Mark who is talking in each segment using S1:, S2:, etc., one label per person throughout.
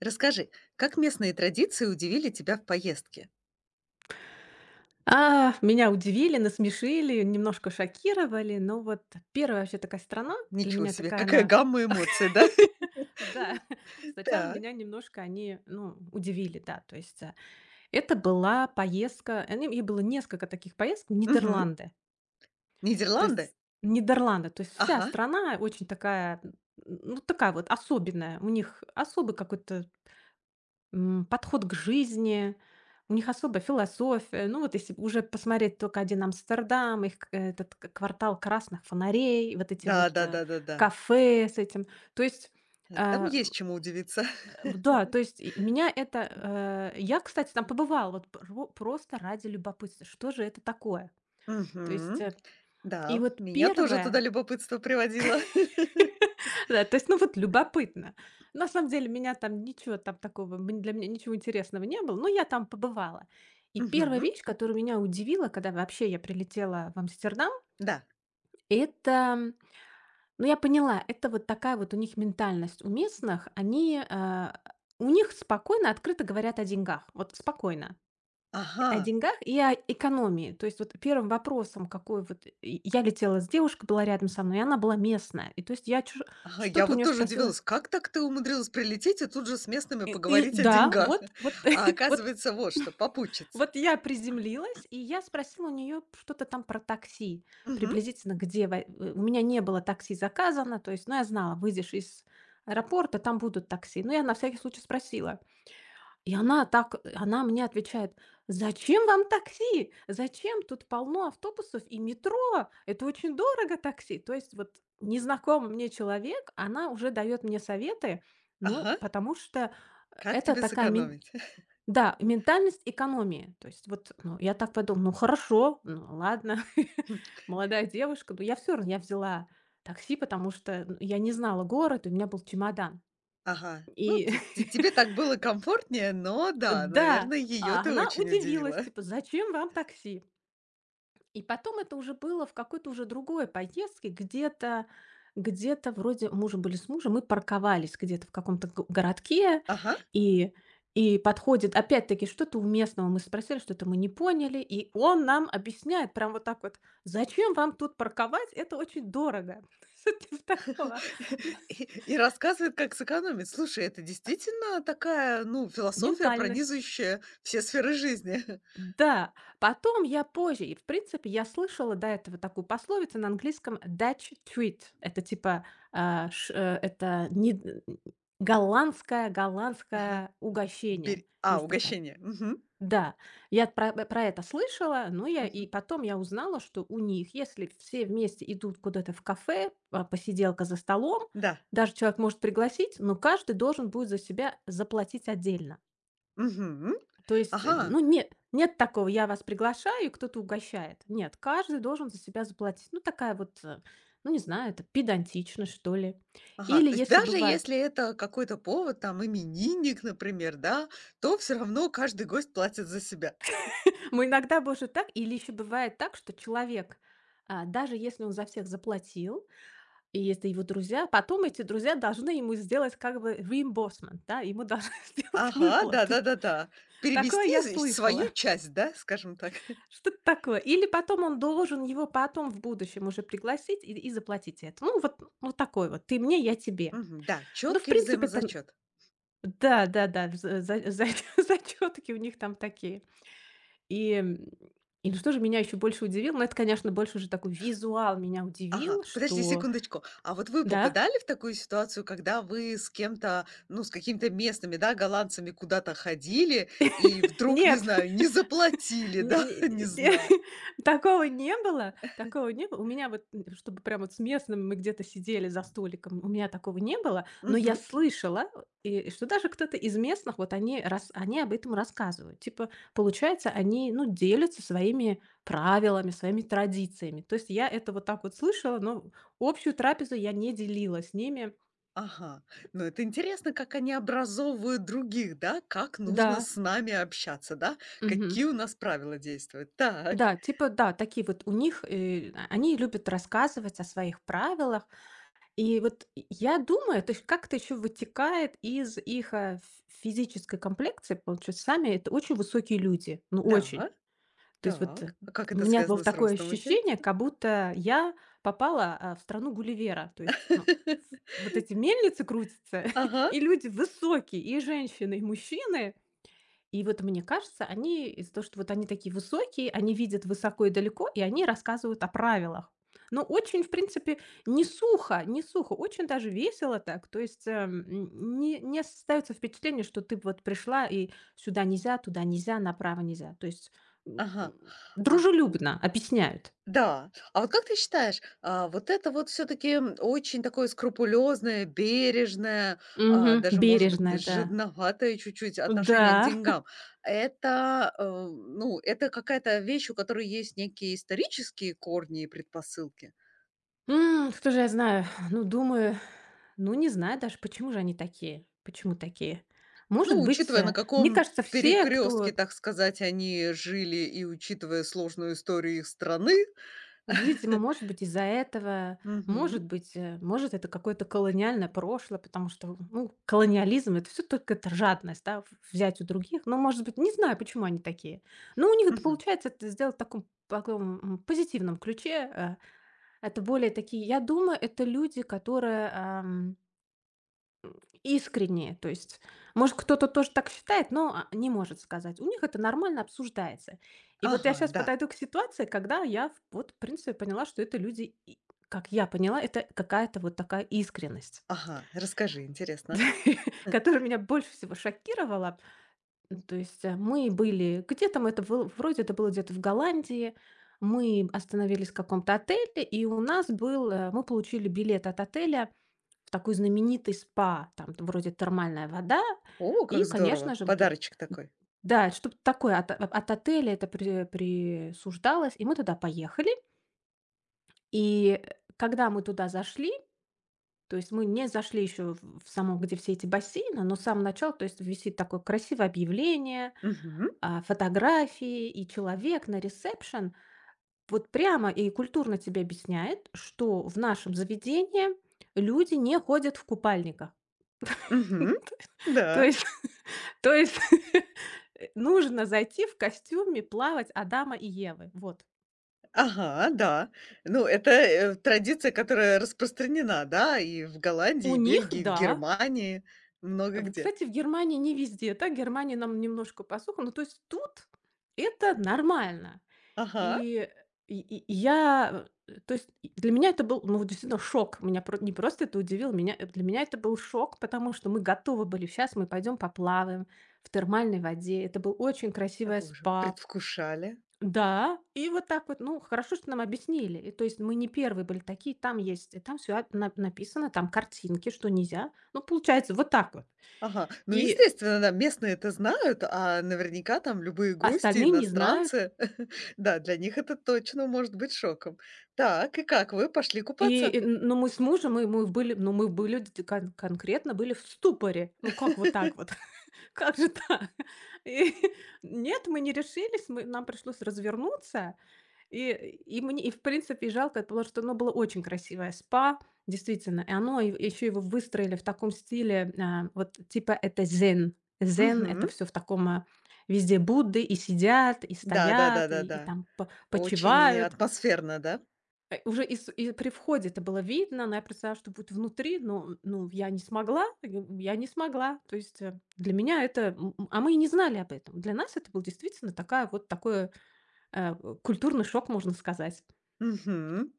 S1: Расскажи, как местные традиции удивили тебя в поездке?
S2: А, меня удивили, насмешили, немножко шокировали, но вот первая вообще такая страна, для
S1: Ничего
S2: меня
S1: себе,
S2: такая
S1: какая
S2: она
S1: гамма эмоций, да?
S2: Да, сначала
S1: Так.
S2: меня немножко они, ну, удивили, да, то есть, это была поездка, они и было несколько таких поездок в
S1: Мгм.
S2: Нидерланды. То есть
S1: Нидерланды?
S2: Нидерланды, то есть вся
S1: Ага.
S2: страна очень такая, н ну, такая вот особенная, у них особый какой-то подход к жизни, у них особая философия. Ну, вот если уже посмотреть только один Амстердам, их этот квартал красных фонарей, вот эти
S1: Да,
S2: вот
S1: да, да, да, да.
S2: кафе с этим. То есть,
S1: Там
S2: э,
S1: есть чему удивиться.
S2: да, то есть и меня это... я, кстати, там побывала вот просто ради любопытства. Что же это такое? То есть,
S1: Мгм.
S2: и
S1: Да,
S2: вот
S1: меня тоже туда
S2: первое,
S1: любопытство приводило.
S2: Да, то есть, ну, вот любопытно. На самом деле меня там ничего там такого, для меня ничего интересного не было, но я там побывала. И первая
S1: Мгм.
S2: вещь, которая меня удивила, когда вообще я прилетела в Амстердам,
S1: Да.
S2: это, ну, я поняла, это вот такая вот у них ментальность у местных. Они, у них спокойно, открыто говорят о деньгах. Вот спокойно. О
S1: Ага.
S2: деньгах и о экономии. То есть вот первым вопросом, какой вот... И я летела с девушкой, была рядом со мной, и она была местная. И то есть я
S1: Ага, я
S2: что-то у
S1: вот
S2: нее
S1: тоже
S2: спросила.
S1: удивилась, как так ты умудрилась прилететь и тут же с местными
S2: И
S1: поговорить о
S2: да,
S1: деньгах? А
S2: вот
S1: оказывается, вот что, попутчица.
S2: вот я приземлилась, и я спросила у нее что-то там про такси,
S1: Мгм.
S2: приблизительно, где у меня не было такси заказано, то есть, ну, я знала, выйдешь из аэропорта, там будут такси. Ну, я на всякий случай спросила. И она мне отвечает: "Зачем вам такси? Зачем? Тут полно автобусов и метро. Это очень дорого такси". То есть вот незнакомый мне человек, она уже дает мне советы, ну,
S1: Ага.
S2: потому что,
S1: Как
S2: это
S1: тебе
S2: такая мен
S1: сэкономить?
S2: да, ментальность экономии. То есть вот, ну, я так подумала: "Ну, хорошо, ну, ладно". Молодая девушка, но я все равно я взяла такси, потому что, ну, я не знала город, у меня был чемодан.
S1: Ага. Ну,
S2: И
S1: те тебе так было комфортнее, но да,
S2: Да,
S1: наверное, ее
S2: а
S1: ты
S2: она
S1: очень
S2: удивилась,
S1: удивила.
S2: типа: "Зачем вам такси?" И потом это уже было в какой-то уже другой поездке, где-то вроде мужа были с мужем, мы парковались где-то в каком-то го городке,
S1: Ага.
S2: и и подходит опять-таки что-то у местного мы спросили, что-то мы не поняли, и он нам объясняет прям вот так вот: "Зачем вам тут парковать? Это очень дорого". То вот типа такого,
S1: И рассказывает, как сэкономить. Слушай, это действительно такая, ну, философия,
S2: ментальность.
S1: пронизывающая все сферы жизни.
S2: Да, потом я позже, и в принципе я слышала до этого такую пословицу на английском Dutch treat. Это типа, это не голландское
S1: Ага.
S2: угощение. Есть такая.
S1: Угощение. Мгм.
S2: Да, я про это слышала, но я и
S1: Мгм.
S2: потом я узнала, что у них, если все вместе идут куда-то в кафе, посиделка за столом,
S1: Да.
S2: даже человек может пригласить, но каждый должен будет за себя заплатить отдельно.
S1: Мгм.
S2: То есть,
S1: Ага.
S2: ну, нет, нет такого: "Я вас приглашаю, и кто-то угощает". Нет, каждый должен за себя заплатить. Ну, такая вот, ну, не знаю, это педантичность, что ли.
S1: Ага.
S2: Или
S1: То есть
S2: если
S1: даже
S2: бывает
S1: если это какой-то повод, там, именинник, например, да, то все равно каждый гость платит за себя.
S2: мы иногда, боже, так или еще бывает так, что человек, даже если он за всех заплатил, и это его друзья, потом эти друзья должны ему сделать как бы reimbursement, да, ему должны сделать
S1: Ага,
S2: выплату.
S1: да-да-да-да.
S2: Такое
S1: Перевести
S2: я
S1: з свою
S2: слышала.
S1: часть, да, скажем так.
S2: Что-то такое. Или потом он должен его потом в будущем уже пригласить и заплатить это. Ну, вот такой вот: ты мне, я тебе.
S1: Мгм, да,
S2: Ну, в
S1: четкий
S2: принципе, это н
S1: взаимозачет.
S2: да-да-да, за за за зачётки у них там такие. И, и ну, что же меня еще больше удивило? Ну, это, конечно, больше уже такой визуал меня удивил,
S1: Ага, подожди
S2: что
S1: секундочку. А вот вы
S2: да,
S1: попадали в такую ситуацию, когда вы с кем-то, ну, с какими-то местными, да, голландцами куда-то ходили и вдруг, не
S2: нет.
S1: знаю, не заплатили,
S2: Не
S1: да,
S2: не
S1: не
S2: не
S1: знаю?
S2: такого не было, такого не было. У меня вот, чтобы прям вот с местным мы где-то сидели за столиком, у меня такого не было, но я
S1: Мгм.
S2: слышала, и что даже кто-то из местных, вот они рас они об этом рассказывают. Типа, получается, они, ну, делятся своими правилами, своими традициями. То есть я это вот так вот слышала, но общую трапезу я не делила с ними.
S1: Ага. Ну, это интересно, как они образовывают других, да, как нужно
S2: Да.
S1: с нами общаться, да, какие у нас правила действуют. Так,
S2: Да, типа, да, такие вот у них, а они любят рассказывать о своих правилах. И вот и я думаю, то есть как это ж как-то еще вытекает из их, а, ф физической комплекции. Получается, сами это очень высокие люди, ну, очень.
S1: да.
S2: То есть вот,
S1: Так, а как
S2: у
S1: это
S2: меня было
S1: связано с
S2: такое
S1: ростом,
S2: ощущение,
S1: интересно?
S2: как будто я попала, в страну Гулливера. То есть, ну, ф вот эти мельницы крутятся,
S1: Ага,
S2: и люди высокие, и женщины, и мужчины. И вот мне кажется, они из-за того, что вот они такие высокие, они видят высоко и далеко, и они рассказывают о правилах. Но очень, в принципе, не сухо, не сухо, очень даже весело так. То есть не остается впечатление, что ты вот пришла и сюда нельзя, туда нельзя, направо нельзя. То есть
S1: ага. А,
S2: дружелюбно объясняют.
S1: да. А вот как ты считаешь, а, вот это вот все таки очень такое скрупулезное, бережное,
S2: Мгм.
S1: а, даже, может быть,
S2: Бережно, да.
S1: жадноватое чуть-чуть отношение к
S2: Да.
S1: деньгам — это, ну, это какая-то вещь, у которой есть некие исторические корни и предпосылки?
S2: Кто же я знаю? Ну, думаю, ну, не знаю даже, почему же они такие? Почему такие? Может
S1: Ну,
S2: быть,
S1: учитывая, на
S2: мне
S1: каком
S2: кажется, все,
S1: перекрестке,
S2: кто,
S1: так сказать, они жили, и учитывая сложную историю их страны.
S2: видимо, может быть, из-за этого, может
S1: Мгм.
S2: быть, может, это какое-то колониальное прошлое, потому что, ну, колониализм это все только это жадность, да, взять у других. Но, может быть, не знаю, почему они такие. Но у них это
S1: Мгм.
S2: получается это сделать в таком, таком позитивном ключе. Это более такие, я думаю, это люди, которые искренне, то есть, может, кто-то тоже так считает, но, не может сказать. У них это нормально обсуждается. И вот я
S1: Ага,
S2: сейчас
S1: да.
S2: подойду к ситуации, когда я в вот, в принципе, поняла, что это люди и как я поняла, это какая-то вот такая искренность,
S1: Ага, расскажи, интересно.
S2: которая меня больше всего шокировала. То есть, мы были где там это было? Вроде это было где-то в Голландии. Мы остановились в каком-то отеле, и у нас был, мы получили билет от отеля в такой знаменитый спа, там т вроде термальная вода
S1: О,
S2: и,
S1: как здорово!
S2: конечно же, т
S1: Подарочек такой.
S2: да, что-то такое от отеля это присуждалось, и мы туда поехали. И, когда мы туда зашли, то есть мы не зашли еще в само, где все эти бассейны, но с самого начала, то есть висит такое красивое объявление,
S1: Мгм.
S2: фотографии, и человек на ресепшн вот прямо и культурно тебе объясняет, что в нашем заведении люди не ходят в купальниках.
S1: Мгм.
S2: То
S1: Да.
S2: есть то есть нужно зайти в костюме плавать Адама и Евы. Вот.
S1: Ага, да. Ну, это, традиция, которая распространена, да, и в Голландии,
S2: У
S1: и
S2: них,
S1: Бельгии, и в
S2: да.
S1: Германии, много
S2: В
S1: где.
S2: кстати, в Германии не везде так. Германия нам немножко посуха. Ну, то есть тут это нормально.
S1: Ага.
S2: И и я, то есть и для меня это был, ну, вот действительно шок. Меня про не просто это удивило, меня для меня это был шок, потому что мы готовы были: "Сейчас мы пойдем поплаваем в термальной воде". Это был очень
S1: А
S2: красивое
S1: вы уже
S2: спа.
S1: предвкушали.
S2: Да, и вот так вот, ну, хорошо, что нам объяснили. И то есть мы не первые были такие, там есть, и там все написано, там картинки, что нельзя. Ну, получается, вот так вот.
S1: Ага. Ну,
S2: И
S1: естественно, да, местные это знают, а наверняка там любые гости,
S2: остальные не знают.
S1: иностранцы. Да, для них это точно может быть шоком. Так, и как, вы пошли купаться?
S2: Ну, мы с мужем, мы были, ну, мы были конкретно были в ступоре. Ну, как вот так вот? Как же так? И нет, мы не решились, нам пришлось развернуться. И и мне и в принципе жалко, потому что оно было очень красивое спа, действительно. И оно еще его выстроили в таком стиле, вот типа это "Зен". "Зен" — это
S1: Мгм.
S2: все в таком, везде Будды и сидят, и
S1: Да, да, да,
S2: стоят,
S1: да,
S2: и
S1: да.
S2: там по
S1: Очень
S2: почивают.
S1: атмосферно, да?
S2: Уже и с и при входе это было видно, но я представляла, что будет внутри, но, ну, я не смогла, я не смогла. То есть, для меня это, а мы и не знали об этом. Для нас это был действительно такая вот такой э, культурный шок, можно сказать.
S1: Мгм.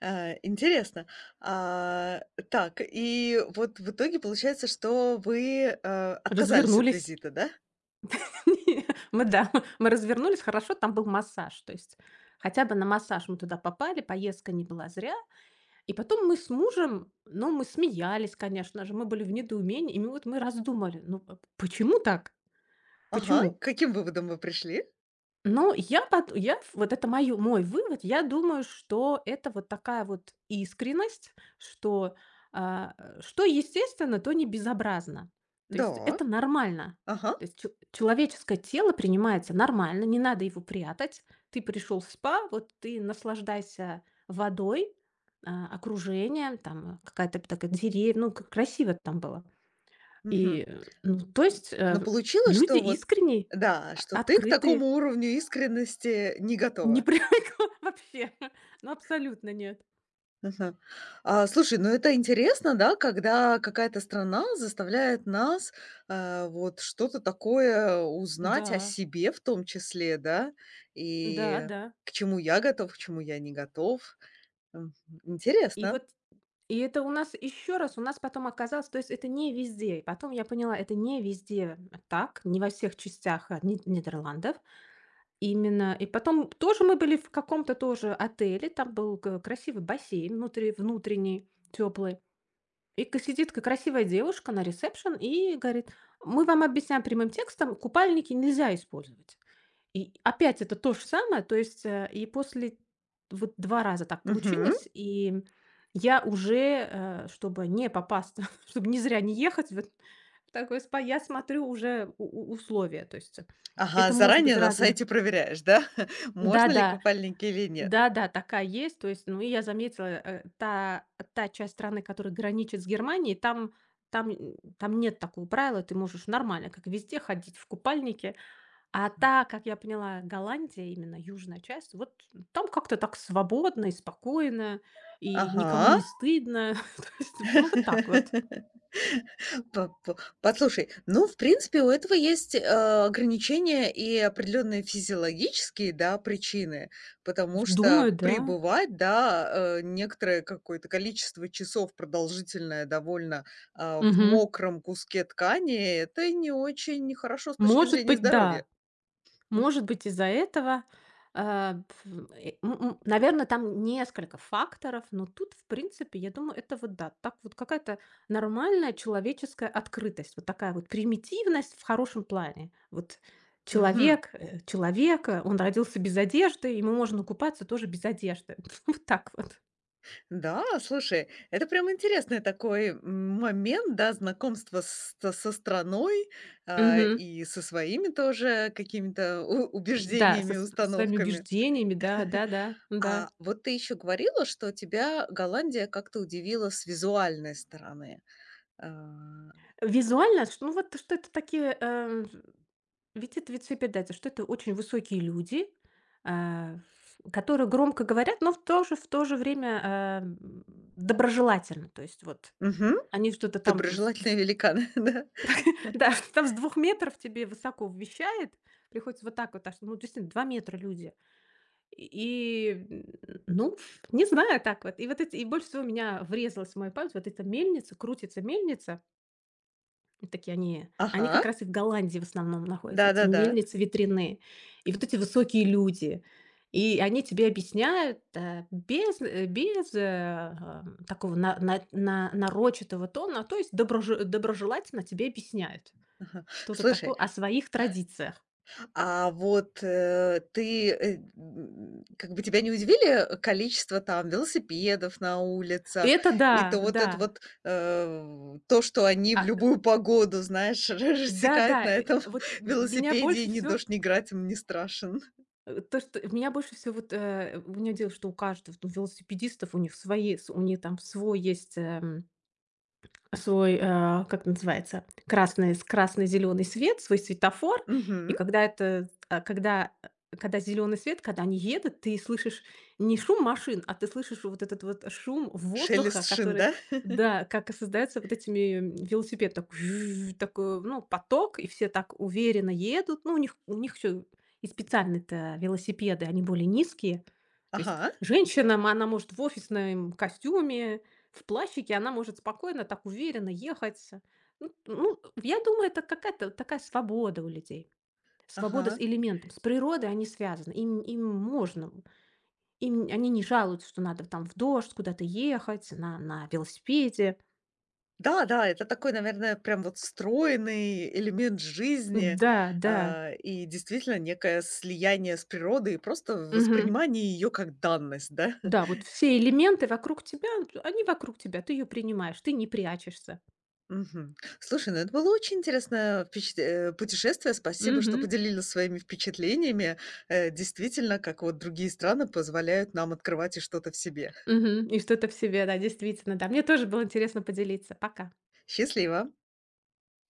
S1: А, интересно. А, так, и вот в итоге получается, что вы, отказались от
S2: Развернулись.
S1: визита, да?
S2: Мы, да, мы развернулись. Хорошо, там был массаж. То есть хотя бы на массаж мы туда попали, поездка не была зря. И потом мы с мужем, ну, мы смеялись, конечно же, мы были в недоумении. И мы раздумали, ну, п почему так?
S1: Ага.
S2: Почему?
S1: К каким выводом вы пришли?
S2: Ну, я пот я вот это мою мой вывод. Я думаю, что это вот такая вот искренность, что, что естественно, то не безобразно. То есть
S1: Да.
S2: это нормально.
S1: Ага.
S2: То есть че человеческое тело принимается нормально, не надо его прятать. Ты пришел в спа, вот ты наслаждайся водой, окружением, там, какая-то такая деревья, ну, к красиво там было. И,
S1: Мгм.
S2: ну, то есть,
S1: Но получилось,
S2: люди
S1: что вот
S2: искренние,
S1: да,
S2: а
S1: что ты к такому
S2: открытые.
S1: уровню искренности не
S2: Не
S1: готова?
S2: привыкла вообще. Ну, абсолютно нет.
S1: Ага. А, слушай, ну это интересно, да, когда какая-то страна заставляет нас, а, вот что-то такое узнать о
S2: Да,
S1: себе в том числе, да,
S2: да,
S1: и
S2: да.
S1: к чему я готов, к чему я не готов. М,
S2: И
S1: интересно.
S2: вот и это у нас еще раз, у нас потом оказалось, то есть это не везде. И потом я поняла, это не везде так, не во всех частях Нидерландов. Именно. И потом тоже мы были в каком-то тоже отеле, там был красивый бассейн внутри, внутренний, теплый. И сидит красивая девушка на ресепшн и говорит, мы вам объясняем прямым текстом, купальники нельзя использовать. И опять это то же самое, то есть, и после вот 2 раза так
S1: Мгм.
S2: получилось, и я уже, чтобы не попасться, чтобы не зря не ехать вот в такой спа, я смотрю уже у условия, то есть
S1: Ага,
S2: это может
S1: заранее
S2: быть
S1: на
S2: разное.
S1: сайте проверяешь, да, можно ли
S2: Да-да,
S1: купальники или нет.
S2: да-да, такая есть, то есть, ну, и я заметила, та часть страны, которая граничит с Германией, там нет такого правила, ты можешь нормально, как везде, ходить в купальнике. А та, как я поняла, Голландия, именно южная часть, вот там как-то так свободно и спокойно, и никому
S1: Ага.
S2: не стыдно. То есть, ну, вот так вот.
S1: По Послушай, ну, в принципе, у этого есть, ограничения и определенные физиологические, да, причины, потому что
S2: Думаю, да.
S1: пребывать, да, некоторое какое-то количество часов продолжительное довольно, а, в
S2: Мгм.
S1: мокром куске ткани — это не очень хорошо с точки
S2: Может
S1: зрения
S2: быть,
S1: здоровья.
S2: да.
S1: Мгм.
S2: Может быть, из-за этого, наверное, там несколько факторов, но тут, в принципе, я думаю, это вот да, так вот какая-то нормальная человеческая открытость, вот такая вот примитивность в хорошем плане. Вот
S1: Мгм.
S2: человек, человек, он родился без одежды, ему можно купаться тоже без одежды. Вот так вот.
S1: Да, слушай, это прям интересный такой м, момент, да, знакомство с- со со страной, а,
S2: Мгм.
S1: и со своими тоже какими-то у-
S2: Да, со
S1: убеждениями,
S2: св своими
S1: установками.
S2: убеждениями, да, да-да, да. да.
S1: А вот ты еще говорила, что тебя Голландия как-то удивила с визуальной стороны. А,
S2: Визуально, что, ну, вот что это такие, э, видит вид свидетель, что это очень высокие люди, а, в которые громко говорят, но в то же время, доброжелательно. То есть вот
S1: Мгм.
S2: они
S1: Какие
S2: что-то там, в с
S1: доброжелательные великаны, да.
S2: да, что там с 2 м тебе высоко вещает, приходится вот так вот, аж, ну, действительно 2 м люди. И, ну, не знаю, так вот. И вот эти и больше всего меня врезалась в мою память вот эта мельница, крутится мельница. Такие они как
S1: Ага.
S2: раз и в Голландии в основном находятся, эти
S1: Да-да-да.
S2: мельницы ветряные. И вот эти высокие люди. И они тебе объясняют, э, без, э, без, э, а, такого на нарочитого тона, то есть доброжелательно тебе объясняют что-то
S1: Слушай,
S2: такое о своих традициях.
S1: а вот, ты, м, как бы тебя не удивили количество там велосипедов на улицах?
S2: Это
S1: И
S2: да,
S1: то вот это
S2: да.
S1: вот, то, что они в
S2: А,
S1: любую погоду, знаешь, рассекают
S2: да-да,
S1: на этом
S2: вот меня
S1: велосипеде,
S2: больше
S1: и ни
S2: всего,
S1: дождь, ни град им не страшен.
S2: то, что меня больше всего вот, у меня дело, что у каждого, вот у велосипедистов, у них свои, с у них там свой есть, свой, как называется, красный с красно-зеленый свет, свой светофор. И
S1: Мгм.
S2: когда это, когда, когда зеленый свет, когда они едут, ты слышишь не шум машин, а ты слышишь вот этот вот шум
S1: Шелест
S2: воздуха,
S1: шин,
S2: который,
S1: да?
S2: да, как и создается вот этими велосипед такой, такой, ну, поток, и все так уверенно едут. Ну, у них еще и специальные-то велосипеды, они более низкие. То есть
S1: Ага,
S2: женщина, она может в офисном костюме, в плащике она может спокойно, так уверенно ехать. Ну, я думаю, это какая-то такая свобода у людей. Свобода с
S1: ага.
S2: элементом, с природой они связаны, им можно, им, они не жалуются, что надо там в дождь куда-то ехать, на велосипеде.
S1: Да, да, это такой, наверное, прям вот встроенный элемент жизни,
S2: Да, да,
S1: а, и действительно некое слияние с природой, и просто
S2: мгм.
S1: воспринимание ее как данность, да?
S2: Да, вот все элементы вокруг тебя, они вокруг тебя, ты ее принимаешь, ты не прячешься.
S1: Мгм. Слушай, ну это было очень интересное впечат- путешествие. Спасибо, что
S2: Мгм.
S1: поделились своими впечатлениями. Действительно, как вот другие страны позволяют нам открывать и что-то в себе.
S2: Мгм. И что-то в себе, да, действительно, да. Мне тоже было интересно поделиться. Пока.
S1: Счастливо!